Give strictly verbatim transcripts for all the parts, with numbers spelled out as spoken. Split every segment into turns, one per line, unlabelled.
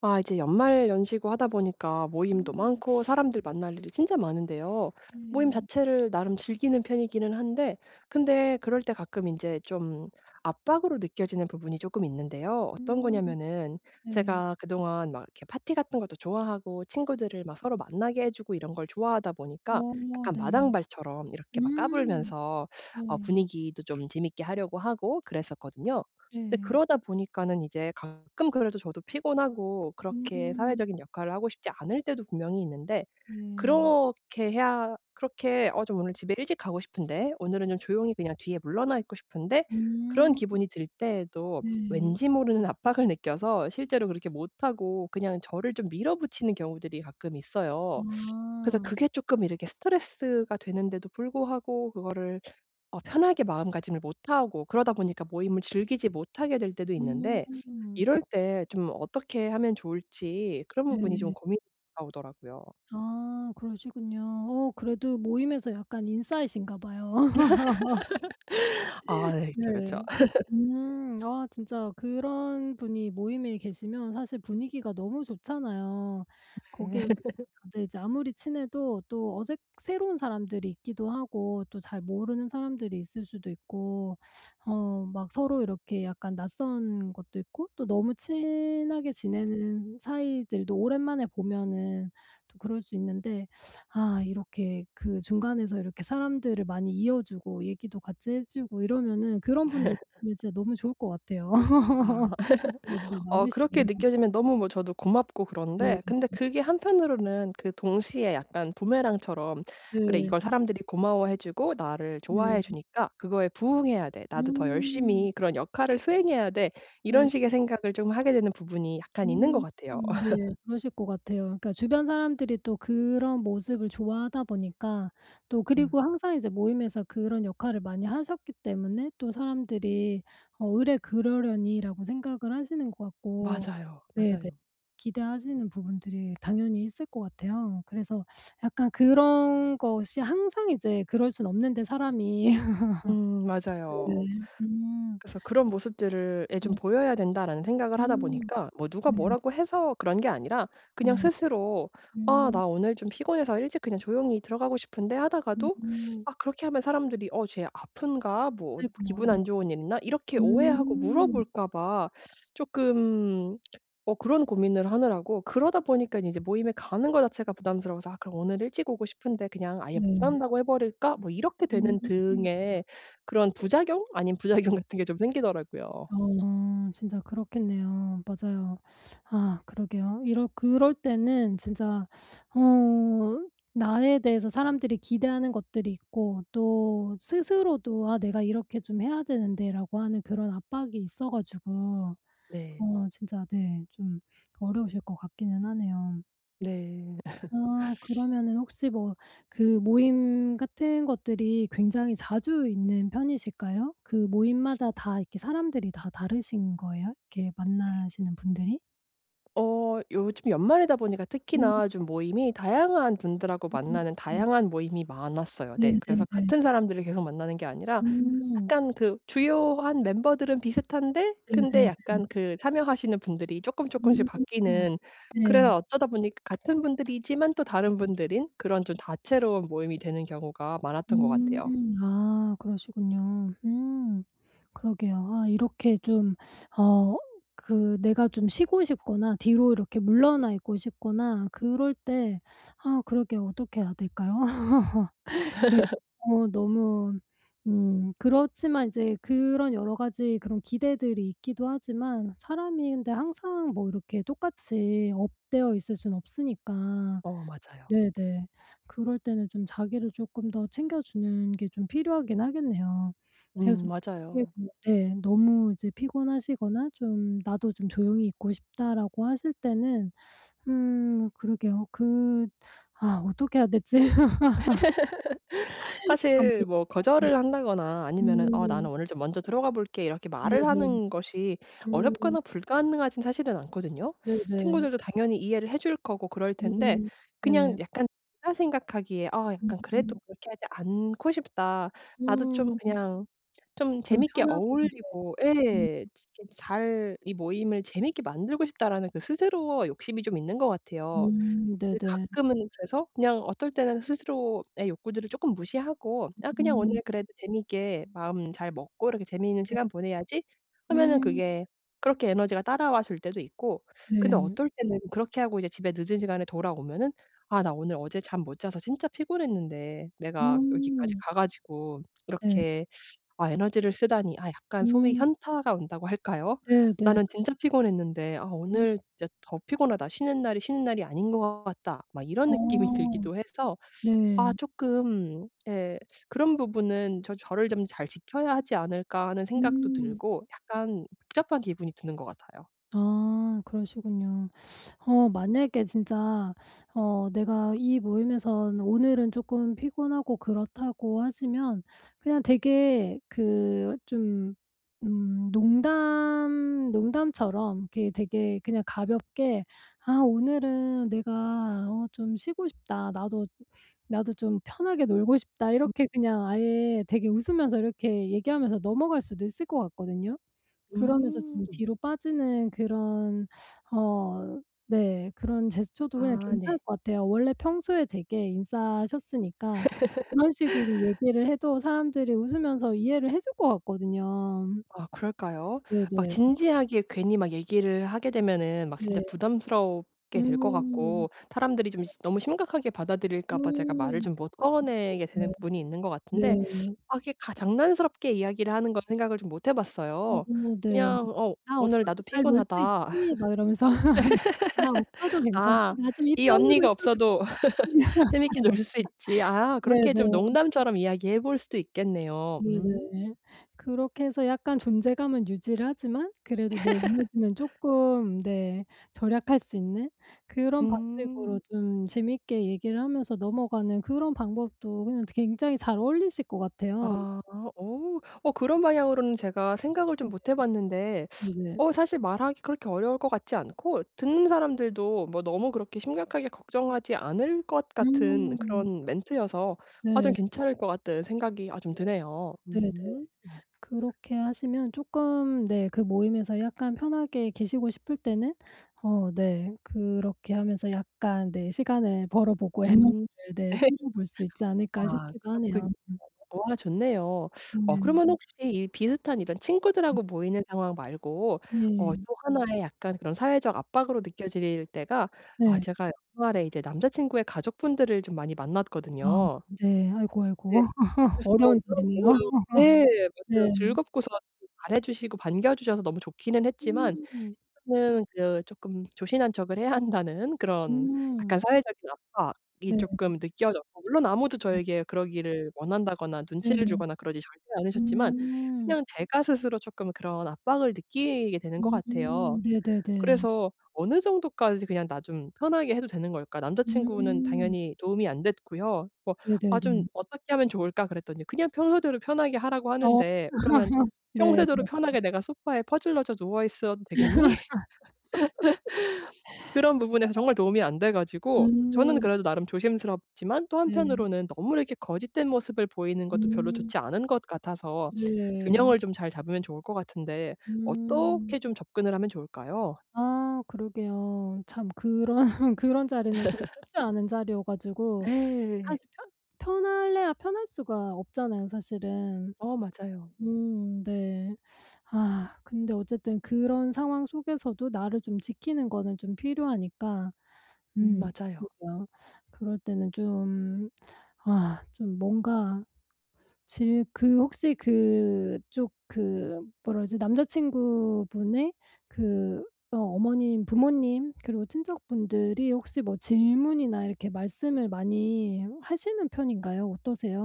아 이제 연말 연시고 하다 보니까 모임도
음
많고 사람들 만날 일이 진짜 많은데요. 모임
네.
자체를 나름 즐기는 편이기는 한데, 근데 그럴 때 가끔 이제 좀 압박으로 느껴지는 부분이 조금 있는데요. 어떤
음
거냐면은,
네.
제가 그동안 막 이렇게 파티 같은 것도 좋아하고 친구들을 막 서로 만나게 해 주고 이런 걸 좋아하다 보니까,
어
약간
네.
마당발처럼 이렇게 막
음
까불면서
네.
어 분위기도 좀 재밌게 하려고 하고 그랬었거든요. 근데
네.
그러다 보니까는 이제 가끔 그래도 저도 피곤하고, 그렇게
음
사회적인 역할을 하고 싶지 않을 때도 분명히 있는데,
네.
그렇게 해야, 그렇게 '어 좀 오늘 집에 일찍 가고 싶은데. 오늘은 좀 조용히 그냥 뒤에 물러나 있고 싶은데.' 그런
음
기분이 들 때에도
네.
왠지 모르는 압박을 느껴서 실제로 그렇게 못하고 그냥 저를 좀 밀어붙이는 경우들이 가끔 있어요. 그래서
아.
그게 쪼끔 이렇게 스트레스가 되는데도 불구하고, 그거를 어 편하게 마음가짐을 못하고, 그러다 보니까 모임을 즐기지 못하게 될 때도 있는데,
음
이럴 때 좀 어떻게 하면 좋을지, 그런 부분이 좀
네.
고민이 다가오더라고요.
아 그러시군요. 어 그래도 모임에서 약간 인싸이신가 봐요.
아 네. 그쵸, 그쵸.
네.
죠
음. 아 진짜 그런 분이 모임에 계시면 사실 분위기가 너무 좋잖아요. 거기에서 다들 이제 아무리 친해도 또 어색 새로운 사람들이 있기도 하고 또 잘 모르는 사람들이 있을 수도 있고 어 막 서로 이렇게 약간 낯선 것도 있고 또 너무 친하게 지내는 사이들도 오랜만에 보면은 또 그럴 수 있는데 아 이렇게 그 중간에서 이렇게 사람들을 많이 이어 주고 얘기도 같이 해 주고 이러면은 그런 분들 있으면 진짜 너무 좋을 것 같아요.
아.
인기가 진짜
어 그렇게
많으시네요.
느껴지면 너무 뭐 저도 고맙고
네.
그런데, 근데 그게 한편으로는, 그 동시에 약간 부메랑처럼 '그래, 이걸
네.
사람들이 고마워해 주고 나를
네.
좋아해 주니까 그거에 부응해야 돼. 나도 더
음.
열심히 그런 역할을 수행해야 돼.' 이런
네.
식의 생각을 좀 하게 되는 부분이 약간 있는 것
음
같아요.
음 네. 그러실 것 같아요. 그러니까 주변 사람들이 또 그런 모습을 좋아하다 보니까 또
음.
그리고 항상 이제 모임에서 그런 역할을 많이 하셨기 때문에 또 사람들이 '어 으레 그러려니.'라고 생각을 하시는 것 같고
맞아요,
네네.
맞아요.
기대하시는 부분들이 당연히 있을 것 같아요. 그래서 약간 그런 것이 항상 이제 그럴 순 없는데 사람이 네.
음 맞아요.
음.
그래서 그런 모습들을 에 좀
네.
보여야 된다라는 생각을 하다
음.
보니까, 뭐 누가
네.
뭐라고 해서 그런 게 아니라 그냥
네.
스스로 '아
음.
나 오늘 좀 피곤해서 일찍 그냥 조용히 들어가고 싶은데.'
음.
하다가도,
음.
아 그렇게 하면 사람들이 '어 쟤 아픈가? 뭐
아이고.
기분
네.
안 좋은 일 있나?' 이렇게 오해하고
음.
물어볼까 봐 쪼끔, 어 그런 고민을 하느라고, 그러다 보니까 이제 모임에 가는 거 자체가 부담스러워서 '아 그럼 오늘 일찍 오고 싶은데 그냥 아예 못
네.
간다고 해 버릴까?' 뭐 이렇게
음.
되는 등의 그런 부작용 아닌 부작용 같은 게 좀 생기더라고요.
어. 아 진짜 그렇겠네요. 맞아요. 아 그러게요. 이럴 그럴 때는 진짜 어 나에 대해서 사람들이 기대하는 것들이 있고 또 스스로도 '아 내가 이렇게 좀 해야 되는데.'라고 하는 그런 압박이 있어 가지고
네.
어 진짜 네 좀 어려우실 것 같기는 하네요.
네.
아 그러면은 혹시 뭐 그 모임 같은 것들이 굉장히 자주 있는 편이실까요? 그 모임마다 다 이렇게 사람들이 다 다르신 거예요? 이렇게 만나시는 분들이?
어 요즘 연말이다 보니까
음
특히나 좀 모임이 다양한 분들하고 만나는
음.
다양한 모임이 많았어요. 네. 그래서
네네네.
같은 사람들을 계속 만나는 게 아니라,
음
약간 그 주요한 멤버들은 비슷한데, 근데
네네네.
약간 그 참여하시는 분들이 쪼끔 쪼끔씩
음.
바뀌는,
네.
그래서 어쩌다 보니까 같은 분들이지만 또 다른 분들인, 그런 좀 다채로운 모임이 되는 경우가 많았던 것
음.
같아요.
아 그러시군요. 음. 그러게요. 아 이렇게 좀 어 그 내가 좀 쉬고 싶거나 뒤로 이렇게 물러나 있고 싶거나 그럴 때 아 그러게요. 어떻게 해야 될까요? 이게 어 너무 음 그렇지만 이제 그런 여러 가지 그런 기대들이 있기도 하지만 사람이 근데 항상 뭐 이렇게 똑같이 업되어 있을 수는 없으니까
어 맞아요.
네네. 그럴 때는 좀 자기를 쪼끔 더 챙겨주는 게 좀 필요하긴 하겠네요.
음
그래서 이게
맞아요.
뭐 네 너무 이제 피곤하시거나 좀 '나도 좀 조용히 있고 싶다.'라고 하실 때는 음 그러게요. 그 아 어떻게 해야 되지?
사실
아무래도
뭐
네.
거절을 한다거나 아니면은 "어 나는
음.
오늘 좀 먼저 들어가 볼게." 이렇게 말을
네네.
하는 것이
음.
어렵거나 불가능하진 사실은 않거든요.
네네.
친구들도 당연히 이해를 해줄 거고 그럴 텐데,
음.
그냥
네.
약간 제가 생각하기에 '아 약간 그래도
음.
그렇게 하지 않고 싶다. 나도 좀
음.
그냥 좀
좀
재밌게
편하게 네.
어울리고',
음.
예, '잘 이 모임을 재밌게 만들고 싶다.'라는, 그 스스로 욕심이 좀 있는 것 같아요.
음
근데
네네.
가끔은, 그래서 그냥 어떨 때는 스스로의 욕구들을 쪼끔 무시하고 '아 그냥
음.
오늘 그래도 재미있게 마음 잘 먹고 이렇게 재미있는
네.
시간 보내야지.' 하면은,
음.
그게 그렇게 에너지가 따라와 줄 때도 있고, 근데
네.
어떨 때는 그렇게 하고 이제 집에 늦은 시간에 돌아오면은 '아 나 오늘, 어제 잠 못 자서 진짜 피곤했는데 내가 여기까지
음.
가 가지고
네.
이렇게 아 에너지를 쓰다니', 아 약간 소위
음.
현타가 온다고 할까요?
네네.
'나는 진짜 피곤했는데 아
음.
오늘 진짜 더 피곤하다. 쉬는 날이 쉬는 날이 아닌 것 같다.' 막 이런 느낌이
어.
들기도 해서,
네.
아 조금, 예, 그런 부분은 '저 저를 좀 잘 지켜야 하지 않을까.' 하는 생각도
음.
들고 약간 복잡한 기분이 드는 것 같아요.
아 그러시군요. 어 만약에 진짜 어 내가 이 모임에선 오늘은 조금 피곤하고 그렇다고 하시면 그냥 되게 그 좀 음 농담 농담처럼 이렇게 되게 그냥 가볍게 "아 오늘은 내가 어 좀 쉬고 싶다. 나도 나도 좀 편하게 놀고 싶다."
음.
이렇게 그냥 아예 되게 웃으면서 이렇게 얘기하면서 넘어갈 수도 있을 것 같거든요. 그러면서 좀
음.
뒤로 빠지는 그런 어 네 그런 제스처도 그냥
아
괜찮을
네.
것 같아요. 원래 평소에 되게 인싸셨으니까 그런 식으로 얘기를 해도 사람들이 웃으면서 이해를 해줄 것 같거든요.
아 그럴까요? 막
네네.
진지하게 괜히 막 얘기를 하게 되면은 막 진짜
네.
부담스럽게 될 것
음.
같고, 사람들이 좀 시 너무 심각하게 받아들일까 봐 제가 말을
음.
좀 못 꺼내게
네.
되는 부분이 있는 것
네.
같은데, 아 이게 가 장난스럽게 이야기를 하는 건 생각을 좀 못 해
어
봤어요.
네.
그냥 '어
"나
오늘
없어도
나도
잘 놀 수
피곤하다.
있지." 막 이러면서 "나 없어도 괜찮지.
아
나 좀 입
이
다물고
언니가
있어도
없어도
괜찮아."
재밌게 놀 수 있지.' 아, 그렇게 좀
네네.
농담처럼 이야기해 볼 수도 있겠네요. 음.
네네. 그렇게 해서 약간 존재감은 유지를 하지만 그래도 내 에너지는 쪼끔 네 절약할 수 있는 그런
음.
방식으로 좀 재밌게 얘기를 하면서 넘어가는 그런 방법도 그냥 굉장히 잘 어울리실 것 같아요.
아. 어. 어 그런 방향으로는 제가 생각을 좀 못해 봤는데,
네네.
어 사실 말하기 그렇게 어려울 것 같지 않고, 듣는 사람들도 뭐 너무 그렇게 심각하게 걱정하지 않을 것 같은
음.
그런 멘트여서 아 좀
네.
괜찮을 것 같다는 생각이 아 좀 드네요.
네네. 네네.
음.
그렇게 하시면 쪼끔 네 그 모임에서 약간 편하게 계시고 싶을 때는 어 네 그렇게 하면서 약간 네 시간을 벌어 보고
음. 네.
에너지를 네 쏟아 볼 수 있지 않을까
아
싶기도
그렇군요.
하네요.
와 좋네요. 어
네.
그러면, 음. 혹시 이 비슷한 이런 친구들하고 모이는 상황 말고 어 또
네.
음. 하나의 약간 그런 사회적 압박으로 느껴질 때가, 아
네.
제가 연말에 이제 남자친구의 가족분들을 좀 많이
아
만났거든요.
네. 아이고,
네.
아이고.
그래서
어려운
너무,
자리네요.
네, 맞아요,
네.
즐겁고서 잘해 주시고 반겨 주셔서 너무 좋기는 했지만,
음.
저는 그 쪼끔 조신한 척을 해야 한다는, 그런
음.
약간 사회적인 압박이
네.
쪼끔 느껴졌고, 물론 아무도 저에게 그러기를 원한다거나 눈치를
네.
주거나 그러지 절대 않으셨지만
음.
그냥 제가 스스로 쪼끔 그런 압박을 느끼게 되는 것
음.
같아요.
네네네.
그래서 어느 정도까지 그냥 '나 좀 편하게 해도 되는 걸까?' 남자 친구는
음.
당연히 도움이 안 됐고요. 뭐 "아 좀
네네네.
어떻게 하면 좋을까?" 그랬더니, "그냥 평소대로 편하게 하라고
어.
하는데, 그러면
네
"평소대로
네.
편하게 내가 소파에 퍼질러져 누워 있어도 되겠니?" 그런 부분에서 정말 도움이 안 돼 가지고, 저는
음.
그래도 나름 조심스럽지만, 또
네.
한편으로는 너무 이렇게 거짓된 모습을 보이는 것도 별로
음.
좋지 않은 것 같아서
네.
균형을 좀 잘 잡으면 좋을 것 같은데,
음.
어떻게 좀 접근을 하면 좋을까요?
아 그러게요. 참 그런 그런 자리는 좀 쉽지 않은 자리여 가지고
예.
사실 편 편할래야 편할 수가 없잖아요 사실은.
어 맞아요.
음 네. 아 근데 어쨌든 그런 상황 속에서도 나를 좀 지키는 거는 좀 필요하니까
음
음
맞아요.
그러게요. 그럴 때는 좀 아 좀 뭔가 질 그 혹시 그쪽 그 뭐라 그러지? 남자친구분의 그 어 어머님, 부모님 그리고 친척분들이 혹시 뭐 질문이나 이렇게 말씀을 많이 하시는 편인가요?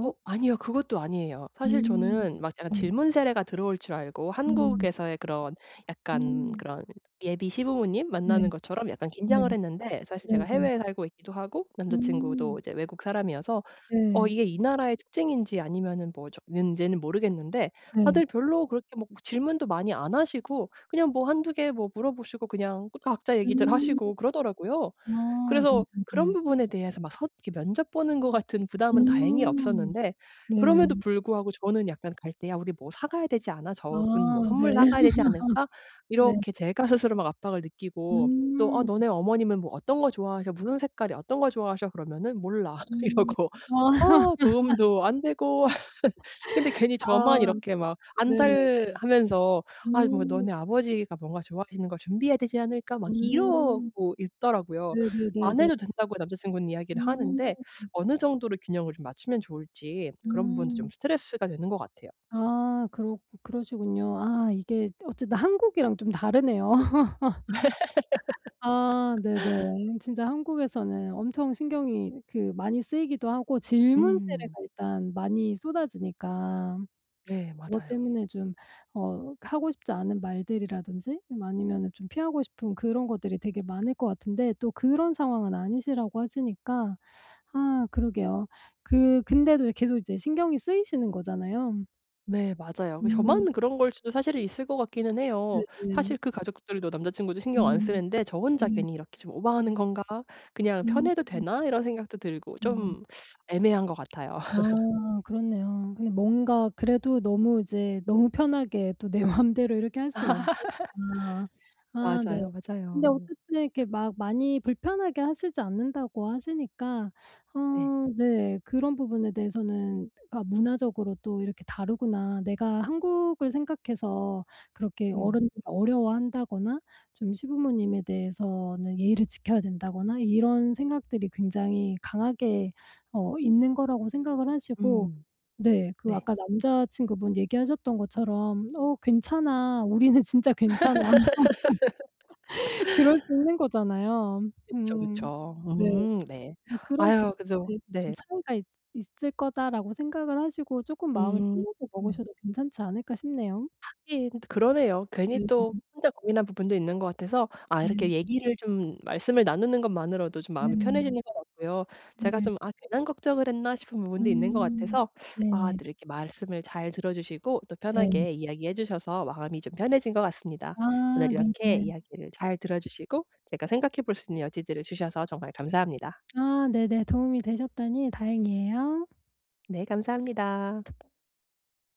어 아니요. 그것도 아니에요. 사실
음.
저는 막 약간
네.
질문 세례가 들어올 줄 알고,
음.
한국에서의 그런, 약간
음.
그런 예비 시부모님
네.
만나는 것처럼 약간
네.
긴장을 했는데, 사실 제가
네네.
해외에 살고 있기도 하고 남자
음.
친구도 이제 외국 사람이어서 어
네.
이게 이 나라의 특징인지 아니면은 뭐죠 는지는 모르겠는데,
네.
다들 별로 그렇게 뭐 질문도 많이 안 하시고 그냥 뭐 한두 개 뭐 물어보시고 그냥 각자 얘기들
음.
하시고 그러더라고요.
아
그래서 그런
네네네.
부분에 대해서 막 서 이렇게 면접 보는 것 같은 부담은 다행히
음.
없었는데,
네.
그럼에도 불구하고 저는 약간 갈 때 '야 우리 뭐 사 가야 되지 않아?
아
저분 뭐 선물
네.
사 가야 되지 않을까?'
네.
이렇게 제가 스스로 막 압박을 느끼고, 또 "어
음.
너네 어머님은 뭐 어떤 거 좋아하셔? 무슨 색깔이 어떤 거 좋아하셔?" 그러면은 "몰라."
음.
이러고,
아.
아 도움도 안 되고, 근데 괜히 저만
아.
이렇게 막
네네.
안달하면서 '아 뭐
음.
너네 아버지가 뭔가 좋아하시는 걸 준비해야 되지 않을까?' 막
음.
이러고 있더라고요. 안
네네네네.
해도 된다고 남자친구는 이야기를
음.
하는데, 어느 정도로 균형을 좀 맞추면 좋을지 그런 부분도 좀
음.
스트레스가 되는 것 같아요.
아 그렇 그러시군요. 아 이게 어쨌든 한국이랑 좀 다르네요. 아 네네. 진짜 한국에서는 엄청 신경이 그 많이 쓰이기도 하고 질문세례가
음.
일단 많이 쏟아지니까.
네
그것
맞아요.
때문에 좀 어 하고 싶지 않은 말들이라든지 아니면은 좀 피하고 싶은 그런 것들이 되게 많을 것 같은데 또 그런 상황은 아니시라고 하시니까 아 그러게요. 그 근데도 계속 이제 신경이 쓰이시는 거잖아요.
네 맞아요. 그
음.
저만 그런 걸 수도 사실은 있을 것 같기는 해요.
네네.
사실 그 가족들도 남자친구도 신경 안
음.
쓰는데 저 혼자
네.
괜히 이렇게 좀 오버하는 건가? 그냥
음.
편해도 되나? 이런 생각도 들고
네네.
좀 애매한 것 같아요.
아 그렇네요. 근데 뭔가 그래도 너무 이제 너무 편하게 또 내 맘대로 이렇게 할 순 없으니까. 아 네.
맞아요,
근데
맞아요.
어쨌든 이렇게 막 많이 불편하게 하시지 않는다고 하시니까 어
네.
네 그런 부분에 대해서는 그러니까 '문화적으로 또 이렇게 다르구나. 내가 한국을 생각해서 그렇게
음.
어른들을 어려워한다거나 좀 시부모님에 대해서는 예의를 지켜야 된다거나 이런 생각들이 굉장히 강하게' 어 있는 거라고 생각을 하시고
음.
네 그
네.
아까 남자친구분 얘기하셨던 것처럼 "어 괜찮아. 우리는 진짜 괜찮아." 그럴 수 있는 거잖아요.
그쵸,
음
그쵸.
네.
음 네.
그래서 그런 부분에
아유 그죠.
대해서 좀
네.
'차이가 있 있을 거다.'라고 생각을 하시고 쪼끔 마음을
음.
편하게 먹으셔도 괜찮지 않을까 싶네요.
하긴 그러네요. 괜히
네.
또 혼자 고민한 부분도 있는 것 같아서, 아 이렇게
네.
얘기를 좀, 말씀을 나누는 것만으로도 좀 마음이 편해지는
네.
것 같고요. 제가
네.
좀 '아 괜한 걱정을 했나?' 싶은 부분도 있는 것
음.
같아서, 아
네.
또 이렇게 말씀을 잘 들어 주시고 또
네.
편하게 이야기해 주셔서 마음이 좀 편해진 것 같습니다.
아
오늘 이렇게
네네.
이야기를 잘 들어 주시고 제가 생각해 볼 수 있는 여지들을 주셔서 정말 감사합니다.
아 네네. 도움이 되셨다니 다행이에요.
네 감사합니다.